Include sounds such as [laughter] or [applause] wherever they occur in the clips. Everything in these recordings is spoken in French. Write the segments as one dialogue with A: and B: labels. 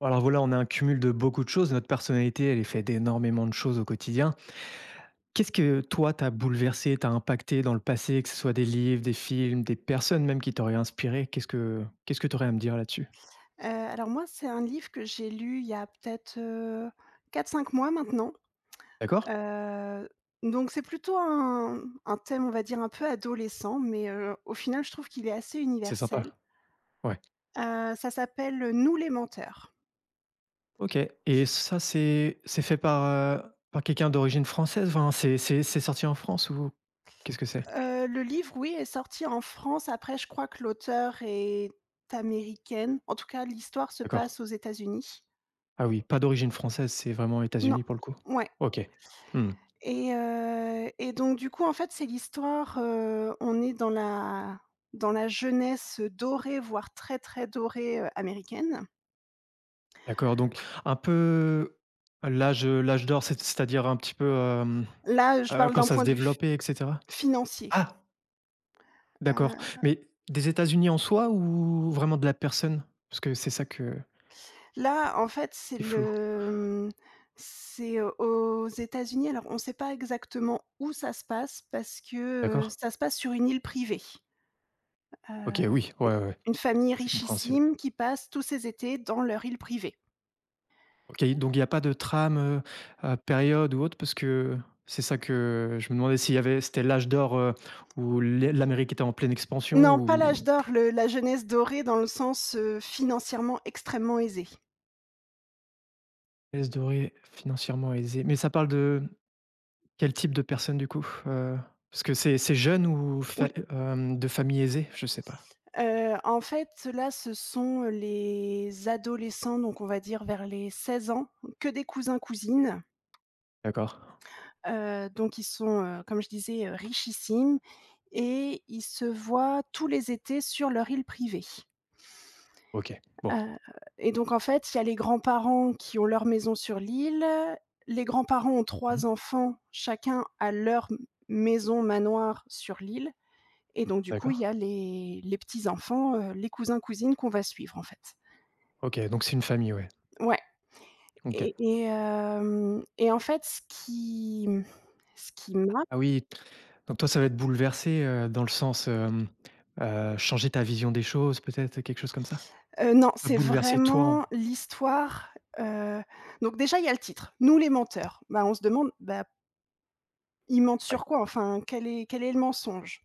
A: Alors voilà, on a un cumul de beaucoup de choses. Notre personnalité, elle est faite d'énormément de choses au quotidien. Qu'est-ce que toi, t'as bouleversé, t'as impacté dans le passé, que ce soit des livres, des films, des personnes même qui t'auraient inspiré? Qu'est-ce que t'aurais à me dire là-dessus?
B: Alors moi, c'est un livre que j'ai lu il y a peut-être, 4-5 mois maintenant.
A: D'accord?
B: Heu, donc c'est plutôt un thème, on va dire, un peu adolescent, mais au final, je trouve qu'il est assez
A: C'est sympa.
B: universel.
A: Ouais.
B: Ça s'appelle, Nous les menteurs.
A: OK, et ça, c'est fait par, heu, par quelqu'un d'origine française? Enfin, c'est sorti en France ou qu'est-ce que c'est?
B: Le livre, oui, est sorti en France. Après, je crois que l'auteure est américaine. En tout cas, l'histoire se
A: D'accord.
B: passe aux États-Unis.
A: Ah oui, pas d'origine française, c'est vraiment
B: Non,
A: États-Unis pour le coup?
B: ouais.
A: OK. Mmh.
B: Et donc du coup, en fait, c'est l'histoire, on est dans la jeunesse dorée, voire très, très dorée, américaine.
A: D'accord, donc un peu l'âge, l'âge d'or, c'est-à-dire un petit peu,
B: Là, je parle
A: quand
B: d'un
A: ça se
B: point de vue f
A: développait et cetera?
B: financier.
A: Ah! D'accord,
B: Heu,
A: mais des États-Unis en soi ou vraiment de la personne? Parce que c'est ça que
B: là, en fait,
A: qui est flou.
B: c'est aux États-Unis. Alors, on ne sait pas exactement où ça se passe parce que,
A: D'accord?
B: ça se passe sur une île privée.
A: OK,
B: Heu,
A: oui, ouais,
B: une famille
A: c'est compréhensible.
B: richissime qui passe tous ses étés dans leur île privée.
A: OK, donc il y a pas de trame, période ou autre? Parce que c'est ça que je me demandais s'il y avait c'était l'âge d'or, où l'Amérique était en pleine expansion
B: Non, pas
A: ou?
B: l'âge d'or, le la jeunesse dorée dans le sens, financièrement extrêmement aisée.
A: L'âge doré financièrement aisée. Mais ça parle de quel type de personne du coup? Parce que c'est jeune ou fa
B: Oui,
A: hem, de famille aisée? Je sais pas.
B: en fait, là, ce sont les adolescents, donc on va dire vers les 16 ans, que des cousins-cousines,
A: D'accord.
B: donc ils sont, comme je disais, richissimes et ils se voient tous les étés sur leur île privée.
A: OK. Bon.
B: Heu et donc en fait, il y a les grands-parents qui ont leur maison sur l'île, les grands-parents ont
A: Mmh.
B: trois enfants, chacun a leur m maison manoir sur l'île et donc du coup, il y
A: D'accord.
B: a les petits-enfants, les cousins-cousines qu'on va suivre, en fait.
A: OK, donc c'est une famille, ouais.
B: Ouais
A: OK.
B: et en fait, ce qui mmh, ce qui m'a
A: Ah oui, donc toi, ça va être bouleversé, dans le sens, changer ta vision des choses peut-être, quelque chose comme ça?
B: non,
A: Pas
B: c'est
A: bouleverser toi
B: vraiment
A: en
B: l'histoire. heu donc déjà, il y a le titre, «Nous les menteurs». Bah, on se demande, bah, ils mentent
A: ouais.
B: sur quoi? Enfin, quel est le mensonge?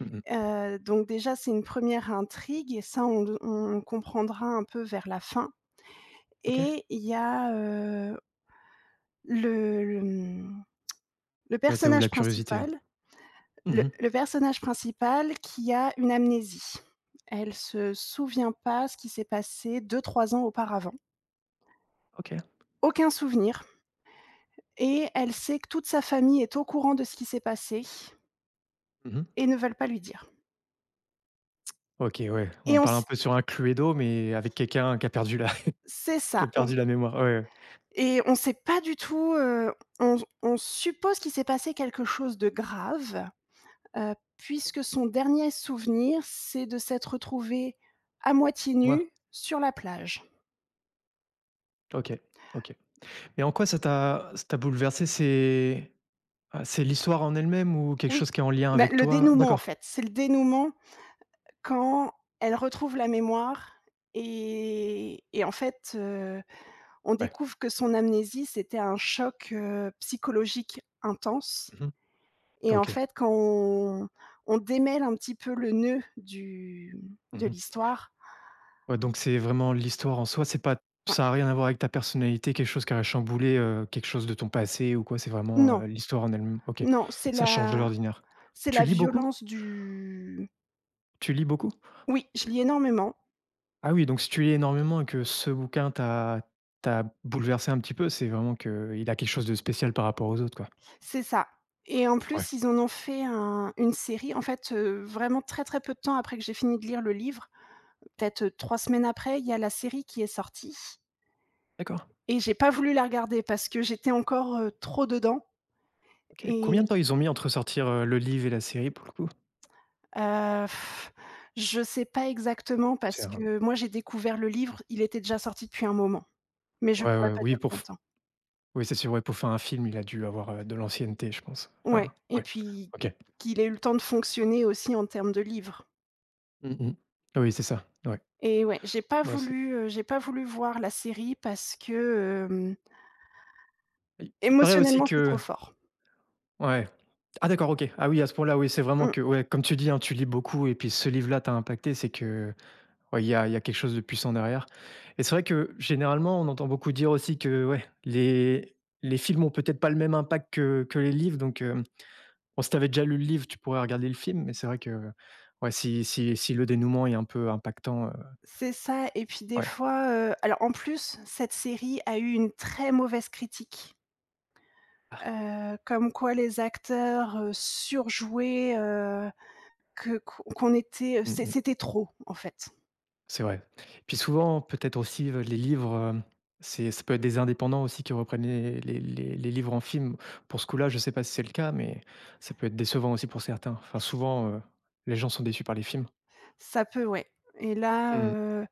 A: Mmh.
B: Donc déjà, c'est une première intrigue et ça, on comprendra un peu vers la fin
A: OK.
B: et il y a, le le, mmh, le
A: Ouais, ça ouvre la
B: personnage
A: curiosité, hein.
B: principal le
A: Mmh.
B: le personnage principal qui a une amnésie. Elle se souvient pas ce qui s'est passé deux trois ans auparavant.
A: OK.
B: Aucun souvenir et elle sait que toute sa famille est au courant de ce qui s'est passé
A: Mmh.
B: et ne veulent pas lui dire
A: OK, ouais,
B: et
A: on
B: on
A: parle un
B: s
A: peu sur un cluedo mais avec quelqu'un qui a perdu la [laughs]
B: c'est
A: qui
B: ça.
A: a perdu la mémoire. Ouais, ouais.
B: Et on sait pas du tout, on suppose qu'il s'est passé quelque chose de grave, puisque son dernier souvenir, c'est de s'être retrouvé à moitié
A: Pour moi?
B: nu sur la plage.
A: OK. OK. Et en quoi ça t'a bouleversé? C'est l'histoire en elle-même ou quelque
B: Oui,
A: chose qui est en lien
B: bah,
A: avec
B: le
A: toi?
B: dénouement en
A: D'accord.
B: fait, c'est le dénouement quand elle retrouve la mémoire et en fait, on
A: Ouais.
B: découvre que son amnésie, c'était un choc, psychologique intense.
A: Mmh.
B: Et en
A: OK.
B: fait, quand on démêle un petit peu le nœud du de
A: Mmh.
B: l'histoire,
A: Ouais, donc c'est vraiment l'histoire en soi, c'est pas
B: ouais.
A: ça a rien à voir avec ta personnalité, quelque chose qui a chamboulé, quelque chose de ton passé ou quoi? C'est vraiment,
B: Non,
A: l'histoire en elle-même. OK.
B: non,
A: Ça change de l'ordinaire.
B: c'est
A: Tu
B: la
A: lis beaucoup?
B: violence du
A: Tu lis beaucoup?
B: oui, je lis énormément.
A: Ah oui, donc si tu lis énormément et que ce bouquin t'a bouleversé un petit peu, c'est vraiment que il a quelque chose de spécial par rapport aux autres, quoi.
B: C'est ça et en
A: Ouais.
B: plus, ils en ont fait un une série. En fait, vraiment très, très peu de temps après que j'ai fini de lire le livre, peut-être 3 semaines après, il y a la série qui est sortie
A: D'accord.
B: et j'ai pas voulu la regarder parce que j'étais encore, trop dedans
A: OK. Combien
B: et
A: de temps ils ont mis entre sortir, le livre et la série pour le coup?
B: Heu, je sais pas exactement
A: C'est
B: parce
A: un
B: que moi j'ai découvert le livre, il était déjà sorti depuis un moment, mais je
A: ouais,
B: pourrais
A: ouais,
B: pas dire
A: oui pour
B: combien de
A: f
B: temps.
A: oui c'est sûr, ouais, pour faire un film, il a dû avoir, de l'ancienneté, je pense.
B: Ouais
A: Enfin,
B: et
A: ouais,
B: puis
A: OK.
B: qu'il ait eu le temps de fonctionner aussi en termes de livre
A: Mmh mh. Oui, c'est ça, ouais.
B: et ouais,
A: Moi, c'est
B: j'ai pas voulu voir la série parce que,
A: il paraît aussi
B: émotionnellement, c'était trop
A: que
B: fort.
A: ouais. Ah d'accord, OK. Ah oui, à ce point-là, oui, c'est vraiment
B: Mmh.
A: que ouais, comme tu dis, hein, tu lis beaucoup et puis ce livre-là t'a impacté, c'est que, ouais, il y a quelque chose de puissant derrière et c'est vrai que généralement, on entend beaucoup dire aussi que, ouais, les films ont peut-être pas le même impact que les livres donc, heu. Bon, si t'avais déjà lu le livre, tu pourrais regarder le film, mais c'est vrai que, ouais, si le dénouement est un peu impactant,
B: C'est ça et puis des
A: ouais.
B: fois, alors en plus, cette série a eu une très mauvaise critique,
A: Ah,
B: comme quoi les acteurs, surjouaient, que qu'on était,
A: mmh mh.
B: c'était trop en fait.
A: C'est vrai. Puis souvent, peut-être aussi, les livres, c'est ça peut être des indépendants aussi qui reprennent les livres en film. Pour ce coup-là, je sais pas si c'est le cas, mais ça peut être décevant aussi pour certains. Enfin, souvent, les gens sont déçus par les films.
B: Ça peut, ouais. Et là,
A: Mmh.
B: heu,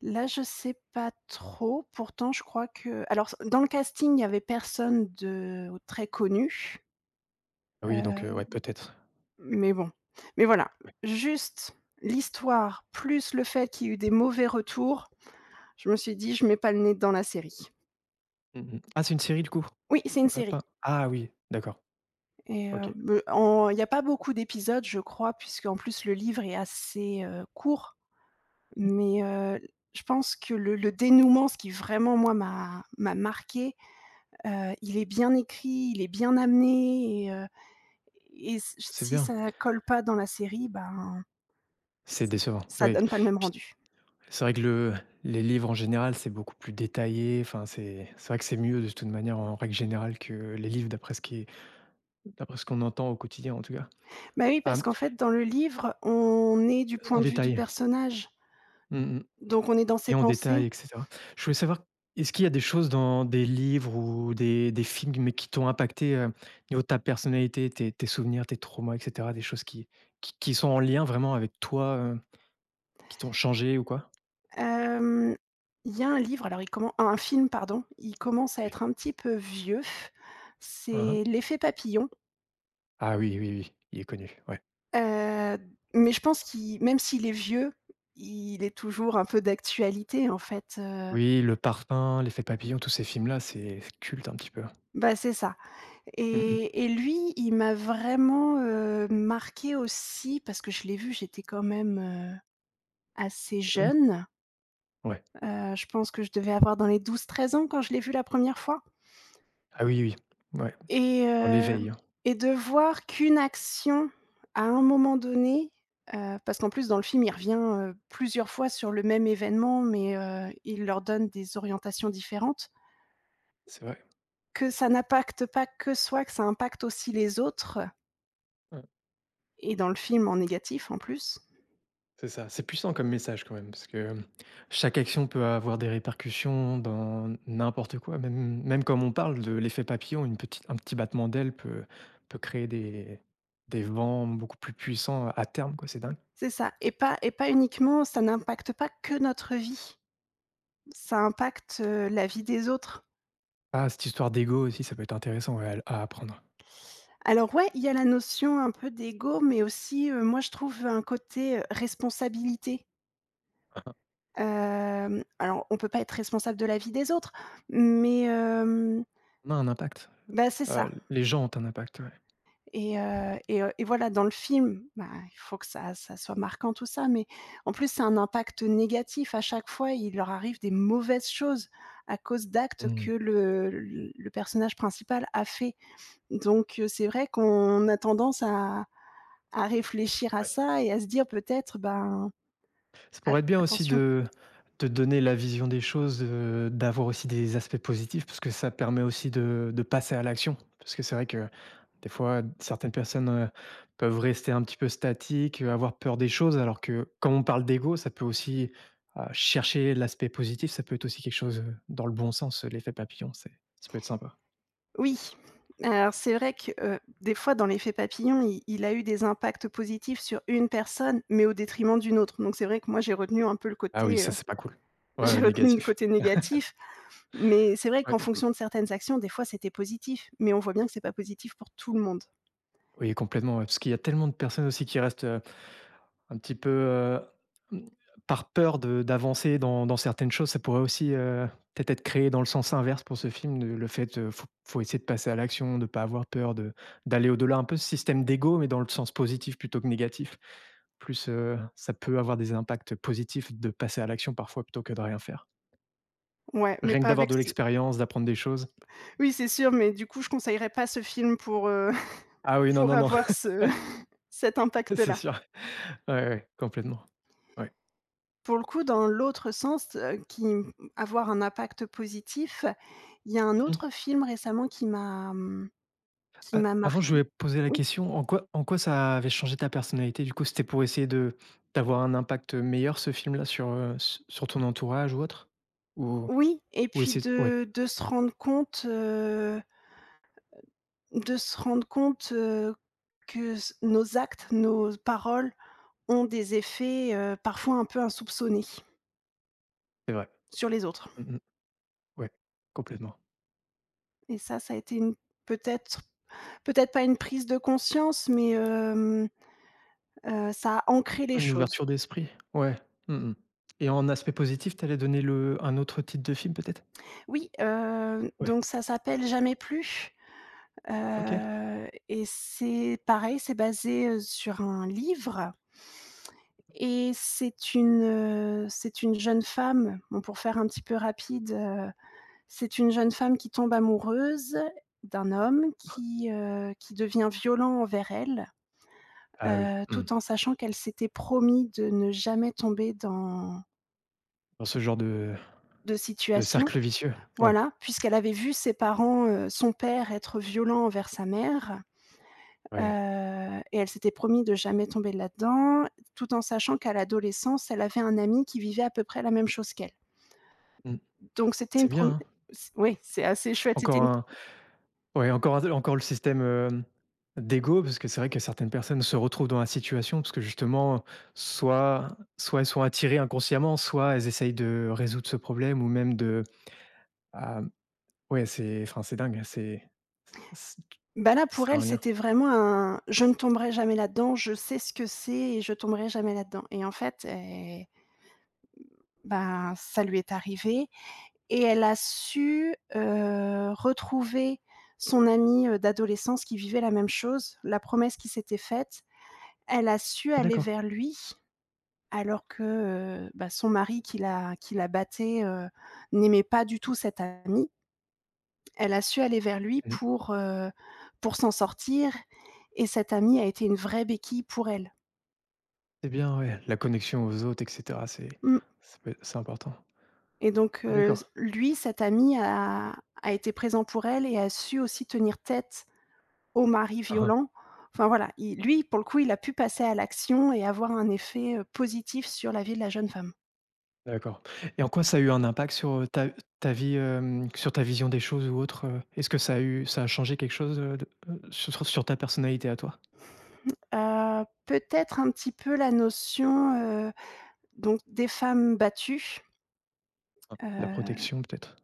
B: là, je sais pas trop. Pourtant, je crois que alors dans le casting, il y avait personne de très connu,
A: Oui, donc
B: heu,
A: ouais, peut-être.
B: mais bon. Mais voilà,
A: Ouais.
B: juste l'histoire, plus le fait qu'il y ait eu des mauvais retours, je me suis dit: «Je mets pas le nez dans la série».
A: Mmh mh. Ah, c'est une série du coup?
B: Oui, c'est une série
A: Pas ah oui, d'accord,
B: et
A: OK.
B: beh, en il n'y a pas beaucoup d'épisodes, je crois, puisque en plus le livre est assez, court. Mais, je pense que le dénouement, ce qui vraiment moi m'a marqué, il est bien écrit, il est bien amené et s
A: C'est
B: si
A: bien.
B: ça colle pas dans la série, ben,
A: C'est décevant,
B: ça
A: oui.
B: donne pas le même rendu.
A: C'est vrai que le les livres en général, c'est beaucoup plus détaillé, enfin c'est vrai que c'est mieux de toute manière en règle générale que les livres d'après ce qui est d'après ce qu'on entend au quotidien en tout cas.
B: Bah, oui, parce
A: Hem,
B: qu'en fait dans le livre, on est du point
A: en
B: de vue du
A: détail.
B: personnage,
A: Mmh mh
B: donc on est dans ses
A: et en
B: pensées.
A: détail et cetera. Je voulais savoir, est-ce qu'il y a des choses dans des livres ou des films mais qui t'ont impacté, niveau de ta personnalité, tes souvenirs, tes traumas et cetera, des choses qui qui sont en lien vraiment avec toi, qui t'ont changé ou quoi?
B: Hem, il y a un livre, alors il commen un film pardon, il commence à
A: Oui.
B: être un petit peu vieux,
A: Hein hein.
B: c'est L'effet papillon,
A: Ah oui, oui, il est connu, ouais.
B: heu, mais je pense qu'il même s'il est vieux, il est toujours un peu d'actualité en fait,
A: Oui, Le Parfum, L'effet papillon, tous ces films-là, c'est culte un petit peu.
B: bah, c'est ça.
A: Mmh mh.
B: Et lui, il m'a vraiment, marquée aussi parce que je l'ai vu, j'étais quand même, assez
A: Babylone?
B: jeune.
A: Ouais.
B: Je pense que je devais avoir dans les douze, treize ans quand je l'ai vu la première fois
A: Ah oui, oui. Oui. Ouais,
B: et
A: dans
B: heu
A: l'éveil, hein.
B: et de voir qu'une action à un moment donné, parce qu'en plus dans le film, il revient, plusieurs fois sur le même événement, mais il leur donne des orientations différentes,
A: C'est vrai.
B: que ça n'impacte pas que soi, que ça impacte aussi les autres.
A: Ouais,
B: Et dans le film, en négatif, en plus.
A: c'est ça. C'est puissant comme message quand même parce que chaque action peut avoir des répercussions dans n'importe quoi. Même comme on parle de l'effet papillon, une petite un petit battement d'aile peut peut créer des vents beaucoup plus puissants à terme quoi, c'est dingue.
B: C'est ça et pas uniquement ça n'impacte pas que notre vie, ça impacte, la vie des autres.
A: Ah, cette histoire d'ego aussi, ça peut être intéressant, ouais, à apprendre.
B: Alors ouais, il y a la notion un peu d'ego, mais aussi, moi je trouve un côté, responsabilité. Alors on peut pas être responsable de la vie des autres, mais
A: On a un impact.
B: bah, c'est ça
A: Les gens ont un impact, ouais.
B: et voilà dans le film, bah, il faut que ça soit marquant tout ça, mais en plus c'est un impact négatif à chaque fois, il leur arrive des mauvaises choses à cause d'actes
A: Mmh.
B: que le personnage principal a fait. Donc c'est vrai qu'on a tendance à réfléchir à
A: Ouais.
B: ça et à se dire peut-être, ben:
A: Ça
B: «At
A: pourrait être bien aussi
B: attention».
A: de donner la vision des choses, d'avoir aussi des aspects positifs parce que ça permet aussi de passer à l'action. Parce que c'est vrai que des fois, certaines personnes, peuvent rester un petit peu statiques, avoir peur des choses alors que quand on parle d'ego, ça peut aussi, chercher l'aspect positif, ça peut être aussi quelque chose, dans le bon sens, l'effet papillon, c'est ça peut être sympa.
B: Oui, alors c'est vrai que, des fois dans l'effet papillon, il a eu des impacts positifs sur une personne, mais au détriment d'une autre. Donc c'est vrai que moi j'ai retenu un peu le
A: Ah oui,
B: côté,
A: ça, c'est pas cool.
B: [laughs]
A: Ouais,
B: j'ai
A: ouais,
B: retenu le
A: négatif.
B: côté négatif, mais c'est vrai qu'en
A: Ouais.
B: fonction de certaines actions, des fois c'était positif, mais on voit bien que c'est pas positif pour tout le monde.
A: Oui, complètement, ouais, parce qu'il y a tellement de personnes aussi qui restent, un petit peu, mmh, par peur de d'avancer dans dans certaines choses, ça pourrait aussi, peut-être être créé dans le sens inverse pour ce film, le fait, faut essayer de passer à l'action, de pas avoir peur, de d'aller au-delà, un peu ce système d'ego, mais dans le sens positif plutôt que négatif. Plus, ça peut avoir des impacts positifs de passer à l'action parfois plutôt que de rien faire.
B: Ouais, mais
A: Rien que
B: pas
A: d'avoir
B: avec
A: de
B: ce
A: l'expérience, d'apprendre des choses.
B: oui c'est sûr, mais du coup je conseillerais pas ce film pour,
A: Ah oui,
B: [laughs]
A: non,
B: pour
A: non, non,
B: avoir ce [laughs] cet
A: [laughs]
B: impact
A: c'est
B: là.
A: sûr. Ouais, complètement, ouais.
B: Pour le coup, dans l'autre sens, avoir un impact positif, il y a un autre film récemment qui
A: A
B: m'a
A: avant, je voulais
B: marquée.
A: poser la
B: Oui,
A: question, en quoi ça avait changé ta personnalité? Du coup, c'était pour essayer de d'avoir un impact, meilleur ce film-là sur, s sur ton entourage ou autre? Ou
B: oui et
A: ou
B: puis
A: essayer ouais.
B: de se rendre compte, que s nos actes, nos paroles ont des effets, parfois un peu insoupçonnés
A: C'est vrai.
B: sur les autres
A: Mmh mh. Ouais, complètement.
B: et ça a été une peut-être peut-être pas une prise de conscience, mais, ça a ancré les
A: Une
B: choses.
A: ouverture d'esprit. Ouais. Mmh mh. Et en aspect positif, t'allais donner le un autre titre de film peut-être?
B: Oui,
A: Ouais.
B: donc ça s'appelle Jamais plus,
A: OK.
B: et c'est pareil, c'est basé, sur un livre et c'est une jeune femme, bon pour faire un petit peu rapide, c'est une jeune femme qui tombe amoureuse d'un homme qui devient violent envers elle,
A: Ah oui. Mmh.
B: tout en sachant qu'elle s'était promis de ne jamais tomber dans
A: Dans ce genre de
B: de
A: De
B: situation.
A: cercle vicieux. Ouais,
B: Voilà, puisqu'elle avait vu ses parents, son père être violent envers sa mère,
A: ouais.
B: et elle s'était promis de jamais tomber là-dedans, tout en sachant qu'à l'adolescence, elle avait un ami qui vivait à peu près la même chose qu'elle.
A: Mmh.
B: Donc c'était une
A: C'est bien,
B: prom
A: hein.
B: c oui, c'est assez chouette, c'était
A: Encore
B: une
A: un ouais, encore un encore le système, d'ego parce que c'est vrai que certaines personnes se retrouvent dans la situation parce que justement, soit soit elles sont attirées inconsciemment, soit elles essayent de résoudre ce problème ou même de, hem, ouais, c'est enfin, c'est dingue, hein, c'est c'est
B: bah, là, pour
A: c'est
B: elle,
A: un lien.
B: c'était vraiment un: «Je ne tomberai jamais là-dedans, je sais ce que c'est et je tomberai jamais là-dedans» et en fait, ben, ça lui est arrivé. Et elle a su, retrouver son amie, d'adolescence qui vivait la même chose, la promesse qui s'était faite. Elle a su
A: Ah
B: aller
A: d'accord.
B: vers lui alors que, bah, son mari qui la battait, n'aimait pas du tout cette amie. Elle a su aller vers lui
A: Mmh.
B: pour s'en sortir et cette amie a été une vraie béquille pour elle.
A: C'est bien, ouais, la connexion aux autres et cetera, c'est
B: Mmh
A: ça peut c'est important.
B: et donc,
A: Ah d'accord.
B: lui, cet ami a été présent pour elle et a su aussi tenir tête au mari
A: Mmh.
B: violent. Enfin voilà, pour le coup, il a pu passer à l'action et avoir un effet, positif sur la vie de la jeune femme.
A: D'accord et en quoi ça a eu un impact sur, ta ta vie, sur ta vision des choses ou autre, heu? Est-ce que ça a eu ça a changé quelque chose, sur sur ta personnalité à toi?
B: Peut-être un petit peu la notion, donc des femmes battues,
A: Ah. La
B: heu,
A: protection peut-être?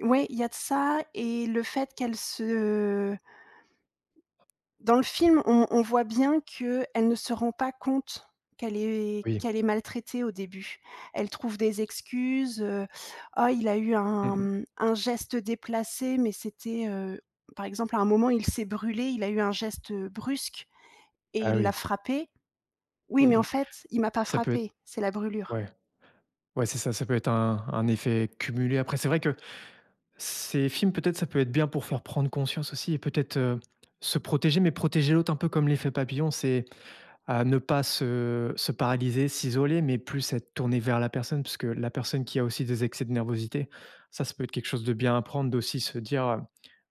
B: ouais, il y a de ça et le fait qu'elles se dans le film, on voit bien qu'elle ne se rend pas compte
A: Oui.
B: qu'elle est maltraitée au début. Elle trouve des excuses, «Ah, il a eu
A: Mmh.
B: un geste déplacé, mais c'était,» par exemple, à un moment, il s'est brûlé, il a eu un geste, brusque et
A: Ah
B: il
A: oui.
B: l'a frappé. «Oui, mais en
A: Mmh.
B: fait, il m'a pas
A: Ça peut être
B: frappé, c'est la brûlure»
A: ouais, ouais, c'est ça, ça peut être un effet cumulé. Après c'est vrai que ces films peut-être ça peut être bien pour faire prendre conscience aussi et peut-être, se protéger mais protéger l'autre un peu comme l'effet papillon. C'est à ne pas se se paralyser, s'isoler, mais plus être tourné vers la personne, parce que la personne qui a aussi des excès de nervosité, ça peut être quelque chose de bien à prendre, d'aussi se dire,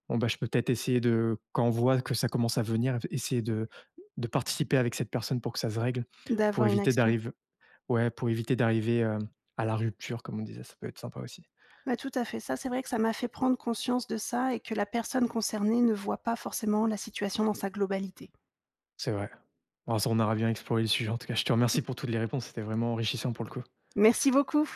A: «Bon, bah, je peux peut-être essayer de quand on voit que ça commence à venir, essayer de participer avec cette personne pour que ça se règle», pour
B: d'avoir une
A: éviter
B: action.
A: d'arriver, ouais, pour éviter d'arriver, à la rupture comme on disait, ça peut être sympa aussi.
B: Ouais, tout à fait. Ça, c'est vrai que ça m'a fait prendre conscience de ça et que la personne concernée ne voit pas forcément la situation dans sa globalité.
A: C'est vrai. Bon ça, on aura bien exploré le sujet en tout cas. Je te remercie pour toutes les réponses, c'était vraiment enrichissant pour le coup.
B: Merci beaucoup.